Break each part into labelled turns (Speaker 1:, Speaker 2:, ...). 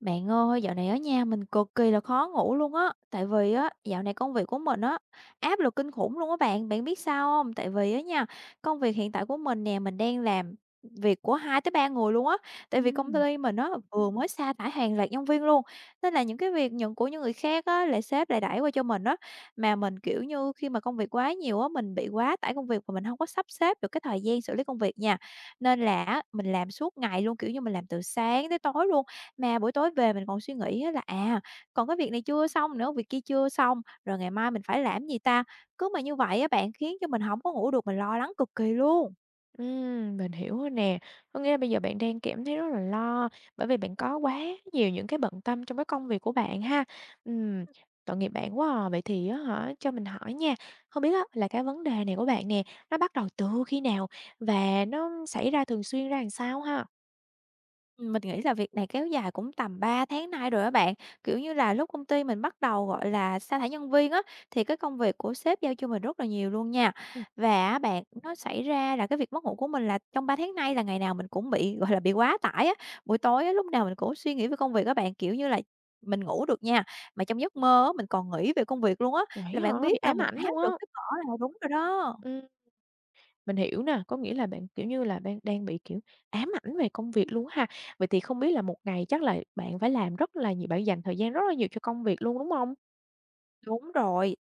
Speaker 1: Bạn ơi, dạo này ở nhà mình cực kỳ là khó ngủ luôn á, tại vì á dạo này công việc của mình á áp lực kinh khủng luôn á bạn, bạn biết sao không? Tại vì á nha, công việc hiện tại của mình nè, mình đang làm việc của 2 tới 3 người luôn á, tại vì công
Speaker 2: Ừm,
Speaker 1: ty mình á vừa mới sa thải hàng loạt nhân viên luôn, nên là những cái việc nhận của những người khác á lại sếp lại đẩy qua cho mình á. Mà mình, kiểu như, khi mà công việc quá nhiều á, mình bị quá tải công việc và mình không có sắp xếp được cái thời gian xử lý công việc nha, nên là á mình làm suốt ngày luôn, kiểu như, mình làm từ sáng tới tối luôn. Mà buổi tối về mình còn suy nghĩ á là, à, còn cái việc này chưa xong nữa, việc kia chưa xong, rồi ngày mai mình phải làm gì ta? Cứ mà như vậy á bạn khiến cho mình không có ngủ được, mình lo lắng cực kỳ luôn.
Speaker 2: mình hiểu rồi nè. Có nghĩa là bây giờ bạn đang cảm thấy rất là lo, bởi vì bạn có quá nhiều những cái bận tâm trong cái công việc của bạn ha. Ừm, tội nghiệp bạn quá à. Vậy thì á hả, cho mình hỏi nha, không biết á là cái vấn đề này của bạn nè, nó bắt đầu từ khi nào và nó xảy ra thường xuyên ra làm sao ha?
Speaker 1: Mình nghĩ là việc này kéo dài cũng tầm 3 tháng nay rồi á bạn. Kiểu như là, lúc công ty mình bắt đầu, gọi là, sa thải nhân viên á, thì cái công việc của sếp giao cho mình rất là nhiều luôn nha.
Speaker 2: Ừm.
Speaker 1: Và á bạn, nó xảy ra là cái việc mất ngủ của mình là trong 3 tháng nay là ngày nào mình cũng bị, gọi là, bị quá tải á. Buổi tối á, lúc nào mình cũng suy nghĩ về công việc các bạn, kiểu như là, mình ngủ được nha, mà trong giấc mơ á, mình còn nghĩ về công việc luôn á,
Speaker 2: Vậy
Speaker 1: là bạn
Speaker 2: hả, bị
Speaker 1: biết là
Speaker 2: ám
Speaker 1: mình
Speaker 2: ảnh
Speaker 1: áp
Speaker 2: luôn á.
Speaker 1: lực tới cỡ nào đúng rồi đó.
Speaker 2: Ừm. Mình hiểu nè, có nghĩa là bạn, kiểu như là, bạn đang bị, kiểu, ám ảnh về công việc luôn á ha. Vậy thì không biết là một ngày chắc là bạn phải làm rất là nhiều bạn dành thời gian rất là nhiều cho công việc luôn, đúng không?
Speaker 1: Đúng rồi.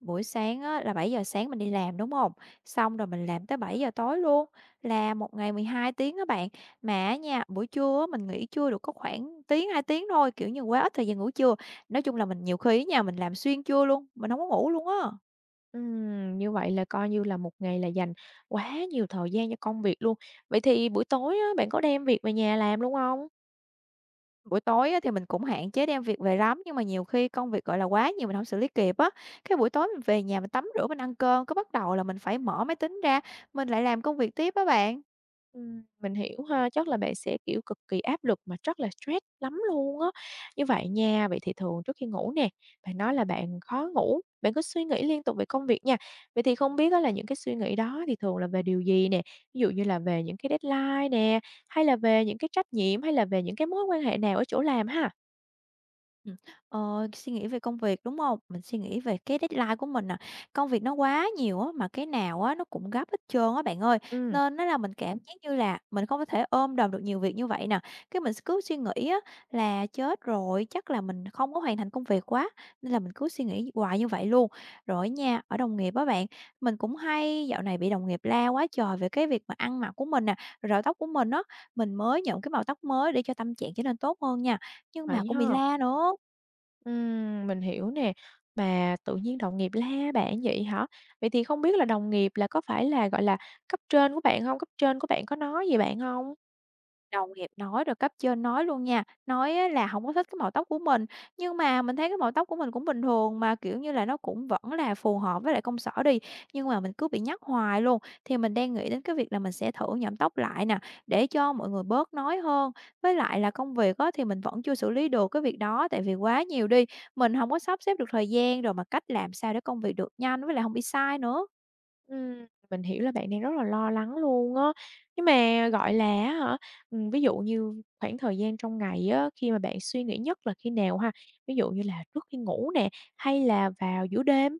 Speaker 1: Buổi sáng á, là 7 giờ sáng mình đi làm, đúng không? Xong rồi mình làm tới 7 giờ tối luôn, là một ngày 12 tiếng các bạn. Mà nha, buổi trưa á, mình nghỉ trưa được có khoảng tiếng, 2 tiếng thôi, kiểu như, quá ít thời gian ngủ trưa. Nói chung là mình nhiều khi á nha, mình làm xuyên trưa luôn, mình không có ngủ luôn á.
Speaker 2: Như vậy là coi như là một ngày là dành quá nhiều thời gian cho công việc luôn. Vậy thì buổi tối á, bạn có đem việc về nhà làm luôn không?
Speaker 1: Buổi tối á, thì mình cũng hạn chế đem việc về lắm, nhưng mà nhiều khi công việc, gọi là, quá nhiều mình không xử lý kịp á, cái buổi tối mình về nhà mình tắm rửa, mình ăn cơm, cái bắt đầu là mình phải mở máy tính ra, mình lại làm công việc tiếp á bạn.
Speaker 2: Mình hiểu ha, chắc là bạn sẽ, kiểu, cực kỳ áp lực mà rất là stress lắm luôn á. Như vậy nha, vậy thì thường trước khi ngủ nè, bạn nói là bạn khó ngủ, bạn cứ suy nghĩ liên tục về công việc nha. Vậy thì không biết á là những cái suy nghĩ đó thì thường là về điều gì nè? Ví dụ như là về những cái deadline nè, hay là về những cái trách nhiệm, hay là về những cái mối quan hệ nào ở chỗ làm ha?
Speaker 1: Ừm, ờ, suy nghĩ về công việc, đúng không? Mình suy nghĩ về cái deadline của mình nè, công việc nó quá nhiều á, mà cái nào á nó cũng gấp hết trơn á bạn ơi,
Speaker 2: Ừm,
Speaker 1: nên nó là mình cảm giác như là mình không có thể ôm đồm được nhiều việc như vậy nè. Cái mình cứ suy nghĩ á là chết rồi, chắc là mình không có hoàn thành công việc quá, nên là mình cứ suy nghĩ hoài như vậy luôn. Rồi nha, ở đồng nghiệp á bạn, mình cũng hay dạo này bị đồng nghiệp la quá trời về cái việc mà ăn mặc của mình nè, rồi rau tóc của mình á, mình mới nhuộm cái màu tóc mới để cho tâm trạng trở nên tốt hơn nha, nhưng mà
Speaker 2: vậy
Speaker 1: cũng bị
Speaker 2: ha.
Speaker 1: la nữa.
Speaker 2: Mình hiểu nè. Mà tự nhiên đồng nghiệp la bạn vậy hả? Vậy thì không biết là đồng nghiệp là có phải là, gọi là, cấp trên của bạn không? Cấp trên của bạn có nói gì bạn không?
Speaker 1: Đồng nghiệp nói rồi cấp trên nói luôn nha, nói á là không có thích cái màu tóc của mình, nhưng mà mình thấy cái màu tóc của mình cũng bình thường mà, kiểu như là, nó cũng vẫn là phù hợp với lại công sở đi, nhưng mà mình cứ bị nhắc hoài luôn. Thì mình đang nghĩ đến cái việc là mình sẽ thử nhuộm tóc lại nè, để cho mọi người bớt nói hơn. Với lại là công việc á thì mình vẫn chưa xử lý được cái việc đó, tại vì quá nhiều đi, mình không có sắp xếp được thời gian, rồi mà cách làm sao để công việc được nhanh với lại không bị sai nữa.
Speaker 2: Mình hiểu là bạn đang rất là lo lắng luôn á. Nhưng mà, gọi là, á hả, ví dụ như khoảng thời gian trong ngày á, khi mà bạn suy nghĩ nhất là khi nào ha? Ví dụ như là trước khi ngủ nè, hay là vào giữa đêm?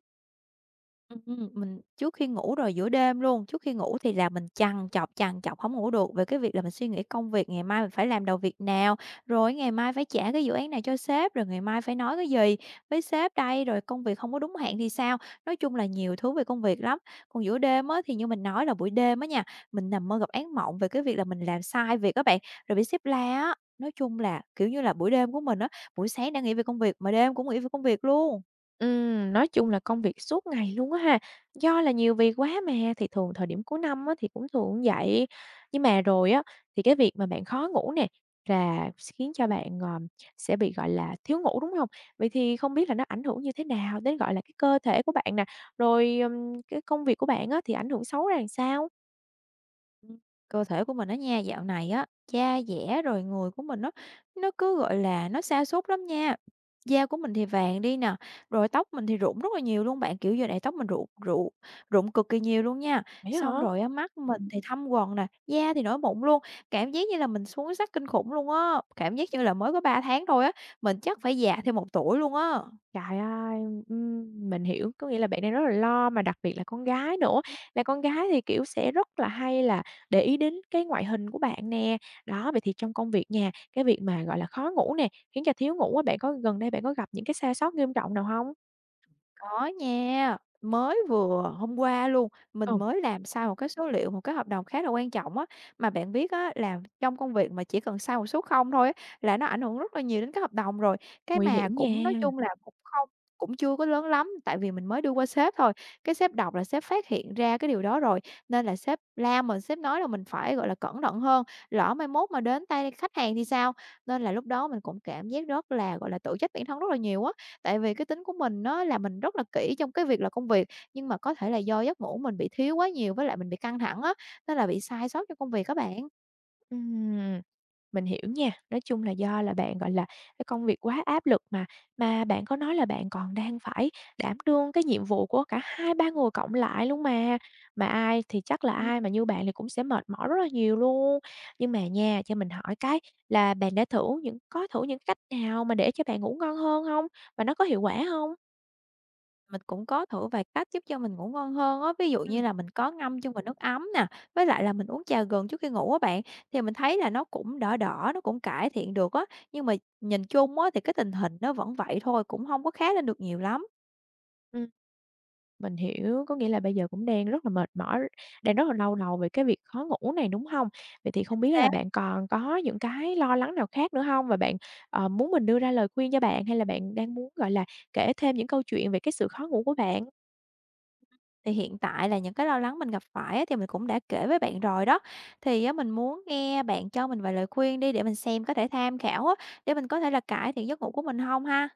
Speaker 1: Ừm, mình trước khi ngủ rồi giữa đêm luôn, trước khi ngủ thì là mình trằn trọc không ngủ được về cái việc là mình suy nghĩ công việc ngày mai mình phải làm đầu việc nào, rồi ngày mai phải trả cái dự án này cho sếp, rồi ngày mai phải nói cái gì với sếp đây, rồi công việc không có đúng hạn thì sao? Nói chung là nhiều thứ về công việc lắm. Còn giữa đêm á, thì như mình nói là buổi đêm á nha, mình nằm mơ gặp án mộng về cái việc là mình làm sai việc các bạn, rồi bị sếp la á. Nói chung là, kiểu như là, buổi đêm của mình á, buổi sáng đang nghĩ về công việc mà đêm cũng nghĩ về công việc luôn.
Speaker 2: Nói chung là công việc suốt ngày luôn á ha. Do là nhiều việc quá mà, thì thường thời điểm cuối năm á, thì cũng thường cũng vậy. Nhưng mà rồi á, thì cái việc mà bạn khó ngủ nè, là khiến cho bạn, sẽ bị, gọi là, thiếu ngủ, đúng không? Vậy thì không biết là nó ảnh hưởng như thế nào đến, gọi là, cái cơ thể của bạn nè, rồi, cái công việc của bạn á, thì ảnh hưởng xấu ra làm sao?
Speaker 1: Ừm, cơ thể của mình á nha, dạo này á, da dẻ rồi người của mình nó cứ, gọi là, nó sa sút lắm nha. Da của mình thì vàng đi nè, rồi tóc mình thì rụng rất là nhiều luôn bạn, kiểu, giờ này tóc mình rụng rụng rụng cực kỳ nhiều luôn nha.
Speaker 2: Vậy
Speaker 1: Xong
Speaker 2: hả?
Speaker 1: rồi á, mắt mình thì thâm quầng nè, da thì nổi mụn luôn, cảm giác như là mình xuống sắc kinh khủng luôn á, cảm giác như là mới có 3 tháng thôi á, mình chắc phải già thêm một tuổi luôn á.
Speaker 2: Trời ơi, mình hiểu, có nghĩa là bạn đang rất là lo mà đặc biệt là con gái nữa, là con gái thì, kiểu, sẽ rất là hay là để ý đến cái ngoại hình của bạn nè. Đó, vậy thì trong công việc nha, cái việc mà, gọi là, khó ngủ nè, khiến cho thiếu ngủ á, bạn gần đây bạn có gặp những cái sai sót nghiêm trọng nào hông?
Speaker 1: Có nha, mới vừa hôm qua luôn,
Speaker 2: Ừ,
Speaker 1: mình mới làm sai một cái số liệu, một cái hợp đồng khá là quan trọng á. Mà bạn biết á, làm trong công việc mà chỉ cần sai một số không thôi á, là nó ảnh hưởng rất là nhiều đến cái hợp đồng rồi. Cái
Speaker 2: nguy
Speaker 1: mà
Speaker 2: hiểm nha.
Speaker 1: cũng nói chung là cũng chưa có lớn lắm, tại vì mình mới đưa qua sếp thôi. Cái sếp đọc là sếp phát hiện ra cái điều đó rồi, nên là sếp la mình, sếp nói là mình phải, gọi là, cẩn thận hơn, lỡ mai mốt mà đến tay khách hàng thì sao? Nên là lúc đó mình cũng cảm giác rất là, gọi là, tự trách bản thân rất là nhiều á. Tại vì cái tính của mình nó là mình rất là kỹ trong cái việc là công việc, nhưng mà có thể là do giấc ngủ mình bị thiếu quá nhiều với lại mình bị căng thẳng á, nên là bị sai sót trong công việc các bạn.
Speaker 2: Ừm, mình hiểu nha. Nói chung là do là bạn, gọi là, cái công việc quá áp lực mà bạn có nói là bạn còn đang phải đảm đương cái nhiệm vụ của cả hai ba người cộng lại luôn mà ai thì chắc là
Speaker 1: Ừm,
Speaker 2: ai mà như bạn thì cũng sẽ mệt mỏi rất là nhiều luôn. Nhưng mà nha, cho mình hỏi cái là bạn đã thử những cách nào mà để cho bạn ngủ ngon hơn không? Và nó có hiệu quả không?
Speaker 1: mình cũng có thử vài cách giúp cho mình ngủ ngon hơn á, ví dụ
Speaker 2: Ừm.
Speaker 1: như là mình có ngâm chung vào nước ấm nè, với lại là mình uống trà gừng trước khi ngủ á bạn, thì mình thấy là nó cũng đỡ đỡ, nó cũng cải thiện được á, nhưng mà nhìn chung á thì cái tình hình nó vẫn vậy thôi, cũng không có khá lên được nhiều lắm.
Speaker 2: Mình hiểu, có nghĩa là bây giờ cũng đang rất là mệt mỏi, đang rất là đau đầu về cái việc khó ngủ này, đúng hông? Vậy thì không biết là bạn còn có những cái lo lắng nào khác nữa hông? Và bạn, muốn mình đưa ra lời khuyên cho bạn hay là bạn đang muốn, gọi là, kể thêm những câu chuyện về cái sự khó ngủ của bạn?
Speaker 1: Thì hiện tại là những cái lo lắng mình gặp phải á, thì mình cũng đã kể với bạn rồi đó. Thì á, mình muốn nghe bạn cho mình vài lời khuyên đi để mình xem có thể tham khảo á, để mình có thể là cải thiện giấc ngủ của mình không ha?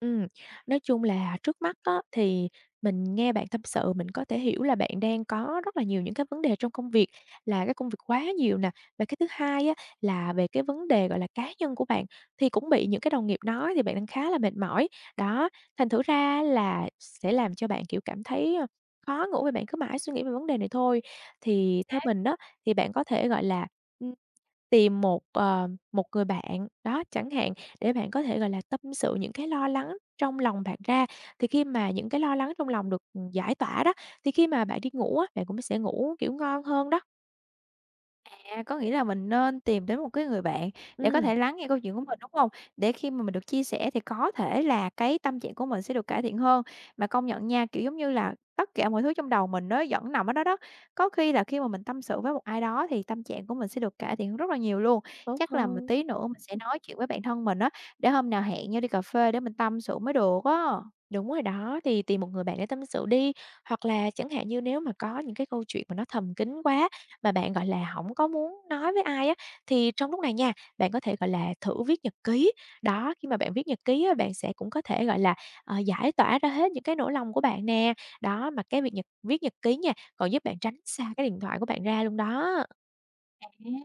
Speaker 2: Ừ, nói chung là trước mắt á, thì mình nghe bạn tâm sự mình có thể hiểu là bạn đang có rất là nhiều những cái vấn đề trong công việc, là cái công việc quá nhiều nè. Và cái thứ hai á, là về cái vấn đề, gọi là, cá nhân của bạn, thì cũng bị những cái đồng nghiệp nói thì bạn đang khá là mệt mỏi. Đó, thành thử ra là sẽ làm cho bạn, kiểu, cảm thấy, khó ngủ vì bạn cứ mãi suy nghĩ về vấn đề này thôi. Thì theo mình đó, thì bạn có thể, gọi là, tìm một, ờ, một người bạn, đó, chẳng hạn, để bạn có thể, gọi là, tâm sự những cái lo lắng trong lòng bạn ra. Thì khi mà những cái lo lắng trong lòng được, giải tỏa đó, thì khi mà bạn đi ngủ á, bạn cũng sẽ ngủ, kiểu, ngon hơn đó.
Speaker 1: À, có nghĩa là mình nên tìm đến một cái người bạn để có
Speaker 2: Ừm,
Speaker 1: thể lắng nghe câu chuyện của mình, đúng hông? Để khi mà mình được chia sẻ thì có thể là cái tâm trạng của mình sẽ được cải thiện hơn. Mà công nhận nha, kiểu, giống như là, tất cả mọi thứ trong đầu mình nó vẫn nằm ở đó đó, có khi là khi mà mình tâm sự với một ai đó thì tâm trạng của mình sẽ được cải thiện rất là nhiều luôn.
Speaker 2: tốt
Speaker 1: Chắc là một
Speaker 2: hơn.
Speaker 1: tí nữa mình sẽ nói chuyện với bạn thân mình á, để hôm nào hẹn nhau đi cà phê để mình tâm sự mới được á.
Speaker 2: Đúng rồi đó, thì tìm một người bạn để tâm sự đi, hoặc là chẳng hạn như nếu mà có những cái câu chuyện mà nó thầm kín quá mà bạn, gọi là, không có muốn nói với ai á, thì trong lúc này nha, bạn có thể, gọi là, thử viết nhật ký. Đó, khi mà bạn viết nhật ký á, bạn sẽ cũng có thể, gọi là, giải tỏa ra hết những cái nỗi lòng của bạn nè. Đó, mà cái việc viết nhật ký nha, còn giúp bạn tránh xa cái điện thoại của bạn ra luôn đó.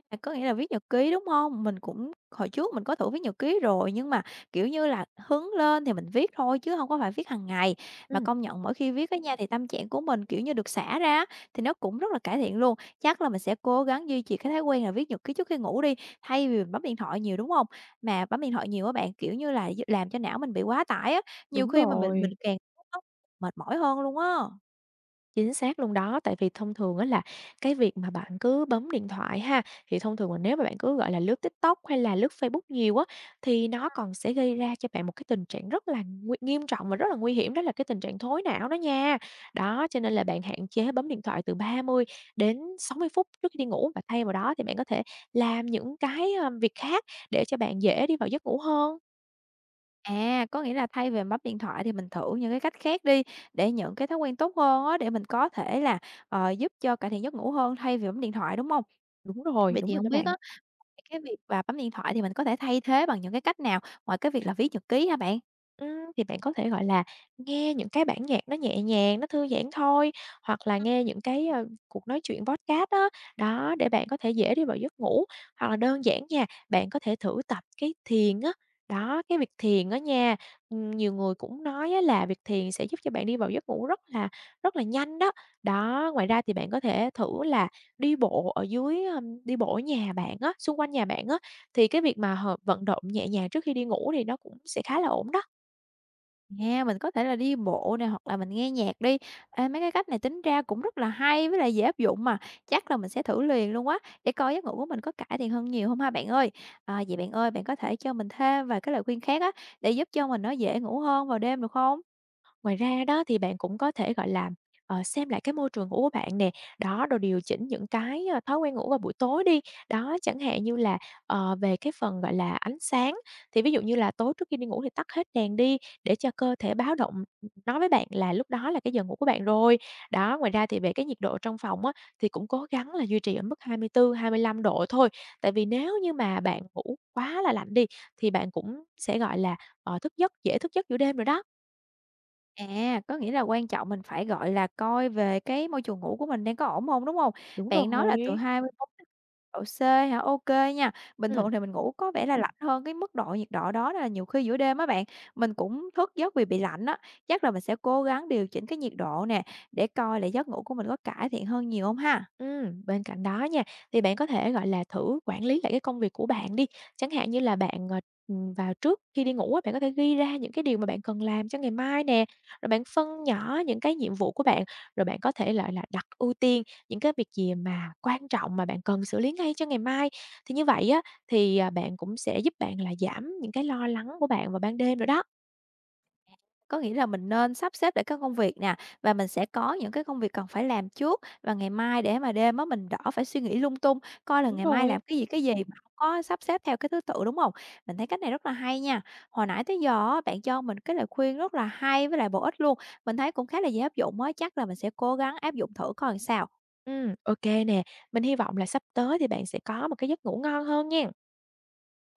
Speaker 1: À, có nghĩa là viết nhật ký, đúng không? Mình cũng hồi trước mình có thử viết nhật ký rồi, nhưng mà, kiểu như là, hứng lên thì mình viết thôi chứ không có phải viết hàng ngày. Mà
Speaker 2: Ừm,
Speaker 1: công nhận mỗi khi viết á nha thì tâm trạng của mình, kiểu như, được xả ra thì nó cũng rất là cải thiện luôn. Chắc là mình sẽ cố gắng duy trì cái thói quen là viết nhật ký trước khi ngủ đi, thay vì mình bấm điện thoại nhiều, đúng không? Mà bấm điện thoại nhiều á bạn, kiểu như là, làm cho não mình bị quá tải á, nhiều
Speaker 2: đúng
Speaker 1: khi mà mình
Speaker 2: rồi.
Speaker 1: mình càng mệt mỏi hơn luôn á.
Speaker 2: Chính xác luôn đó, tại vì thông thường á là cái việc mà bạn cứ bấm điện thoại ha, thì thông thường mà nếu mà bạn cứ, gọi là, lướt TikTok hay là lướt Facebook nhiều á, thì nó còn sẽ gây ra cho bạn một cái tình trạng rất là nghiêm trọng và rất là nguy hiểm đó là cái tình trạng thối não đó nha. Đó, cho nên là bạn hạn chế bấm điện thoại từ 30 đến 60 phút trước khi đi ngủ và thay vào đó thì bạn có thể làm những cái, việc khác để cho bạn dễ đi vào giấc ngủ hơn.
Speaker 1: À, có nghĩa là thay vì bấm điện thoại thì mình thử những cái cách khác đi, để những cái thói quen tốt hơn á, để mình có thể là, ờ, giúp cho cải thiện giấc ngủ hơn thay vì bấm điện thoại, đúng không? Vậy
Speaker 2: Đúng
Speaker 1: thì
Speaker 2: rồi đó
Speaker 1: không biết
Speaker 2: bạn.
Speaker 1: á, cái việc và bấm điện thoại thì mình có thể thay thế bằng những cái cách nào ngoài cái việc là viết nhật ký hả bạn?
Speaker 2: Thì bạn có thể, gọi là, nghe những cái bản nhạc nó nhẹ nhàng, nó thư giãn thôi, hoặc là nghe những cái, cuộc nói chuyện podcast đó, đó, để bạn có thể dễ đi vào giấc ngủ. Hoặc là đơn giản nha, bạn có thể thử tập cái thiền á, đó, cái việc thiền đó nha, nhiều người cũng nói á là việc thiền sẽ giúp cho bạn đi vào giấc ngủ rất là nhanh đó. Đó, ngoài ra thì bạn có thể thử là đi bộ đi bộ ở nhà bạn á, xung quanh nhà bạn á, thì cái việc mà vận động nhẹ nhàng trước khi đi ngủ thì nó cũng sẽ khá là ổn đó.
Speaker 1: Yeah, mình có thể là đi bộ nè, hoặc là mình nghe nhạc đi. Ê, mấy cái cách này tính ra cũng rất là hay với lại dễ áp dụng mà, chắc là mình sẽ thử liền luôn á, để coi giấc ngủ của mình có cải thiện hơn nhiều hông ha bạn ơi. À, vậy bạn ơi, bạn có thể cho mình thêm vài cái lời khuyên khác á, để giúp cho mình nó dễ ngủ hơn vào đêm được không?
Speaker 2: Ngoài ra đó thì bạn cũng có thể, gọi là, xem lại cái môi trường ngủ của bạn nè, đó, rồi điều chỉnh những cái, thói quen ngủ vào buổi tối đi. Đó, chẳng hạn như là, về cái phần, gọi là, ánh sáng, thì ví dụ như là tối trước khi đi ngủ thì tắt hết đèn đi để cho cơ thể báo động, nói với bạn là lúc đó là cái giờ ngủ của bạn rồi. Đó, ngoài ra thì về cái nhiệt độ trong phòng á, thì cũng cố gắng là duy trì ở mức 24, 25 độ thôi, tại vì nếu như mà bạn ngủ quá là lạnh đi thì bạn cũng sẽ, gọi là, ờ, thức giấc dễ thức giấc giữa đêm rồi đó.
Speaker 1: À, có nghĩa là quan trọng mình phải, gọi là, coi về cái môi trường ngủ của mình đang có ổn hông, đúng hông?
Speaker 2: Đúng
Speaker 1: Bạn nói là từ
Speaker 2: rồi.
Speaker 1: 24 độ C hả? Ô kê nha. Bình
Speaker 2: Ừm,
Speaker 1: thường thì mình ngủ có vẻ là lạnh hơn cái mức độ nhiệt độ đó, nên là nhiều khi giữa đêm á bạn, mình cũng thức giấc vì bị lạnh á. Chắc là mình sẽ cố gắng điều chỉnh cái nhiệt độ nè, để coi là giấc ngủ của mình có cải thiện hơn nhiều hông ha?
Speaker 2: bên cạnh đó nha, thì bạn có thể, gọi là, thử quản lý lại cái công việc của bạn đi. Chẳng hạn như là bạn, vào trước khi đi ngủ á, bạn có thể ghi ra những cái điều mà bạn cần làm cho ngày mai nè, rồi bạn phân nhỏ những cái nhiệm vụ của bạn, rồi bạn có thể, gọi là, đặt ưu tiên những cái việc gì mà quan trọng mà bạn cần xử lý ngay cho ngày mai. Thì như vậy á, thì, bạn cũng sẽ giúp bạn là giảm những cái lo lắng của bạn vào ban đêm rồi đó.
Speaker 1: Có nghĩa là mình nên sắp xếp để các công việc nè, và mình sẽ có những cái công việc cần phải làm trước, và ngày mai để mà đêm á mình đỡ phải suy nghĩ lung tung, coi là
Speaker 2: Đúng
Speaker 1: ngày mai
Speaker 2: rồi.
Speaker 1: làm cái gì mà không có sắp xếp theo cái thứ tự, đúng không? Mình thấy cách này rất là hay nha. Hồi nãy tới giờ á, bạn cho mình cái lời khuyên rất là hay với lại bổ ích luôn, mình thấy cũng khá là dễ áp dụng á, chắc là mình sẽ cố gắng áp dụng thử coi làm sao.
Speaker 2: Ô kê nè, mình hy vọng là sắp tới thì bạn sẽ có một cái giấc ngủ ngon hơn nha.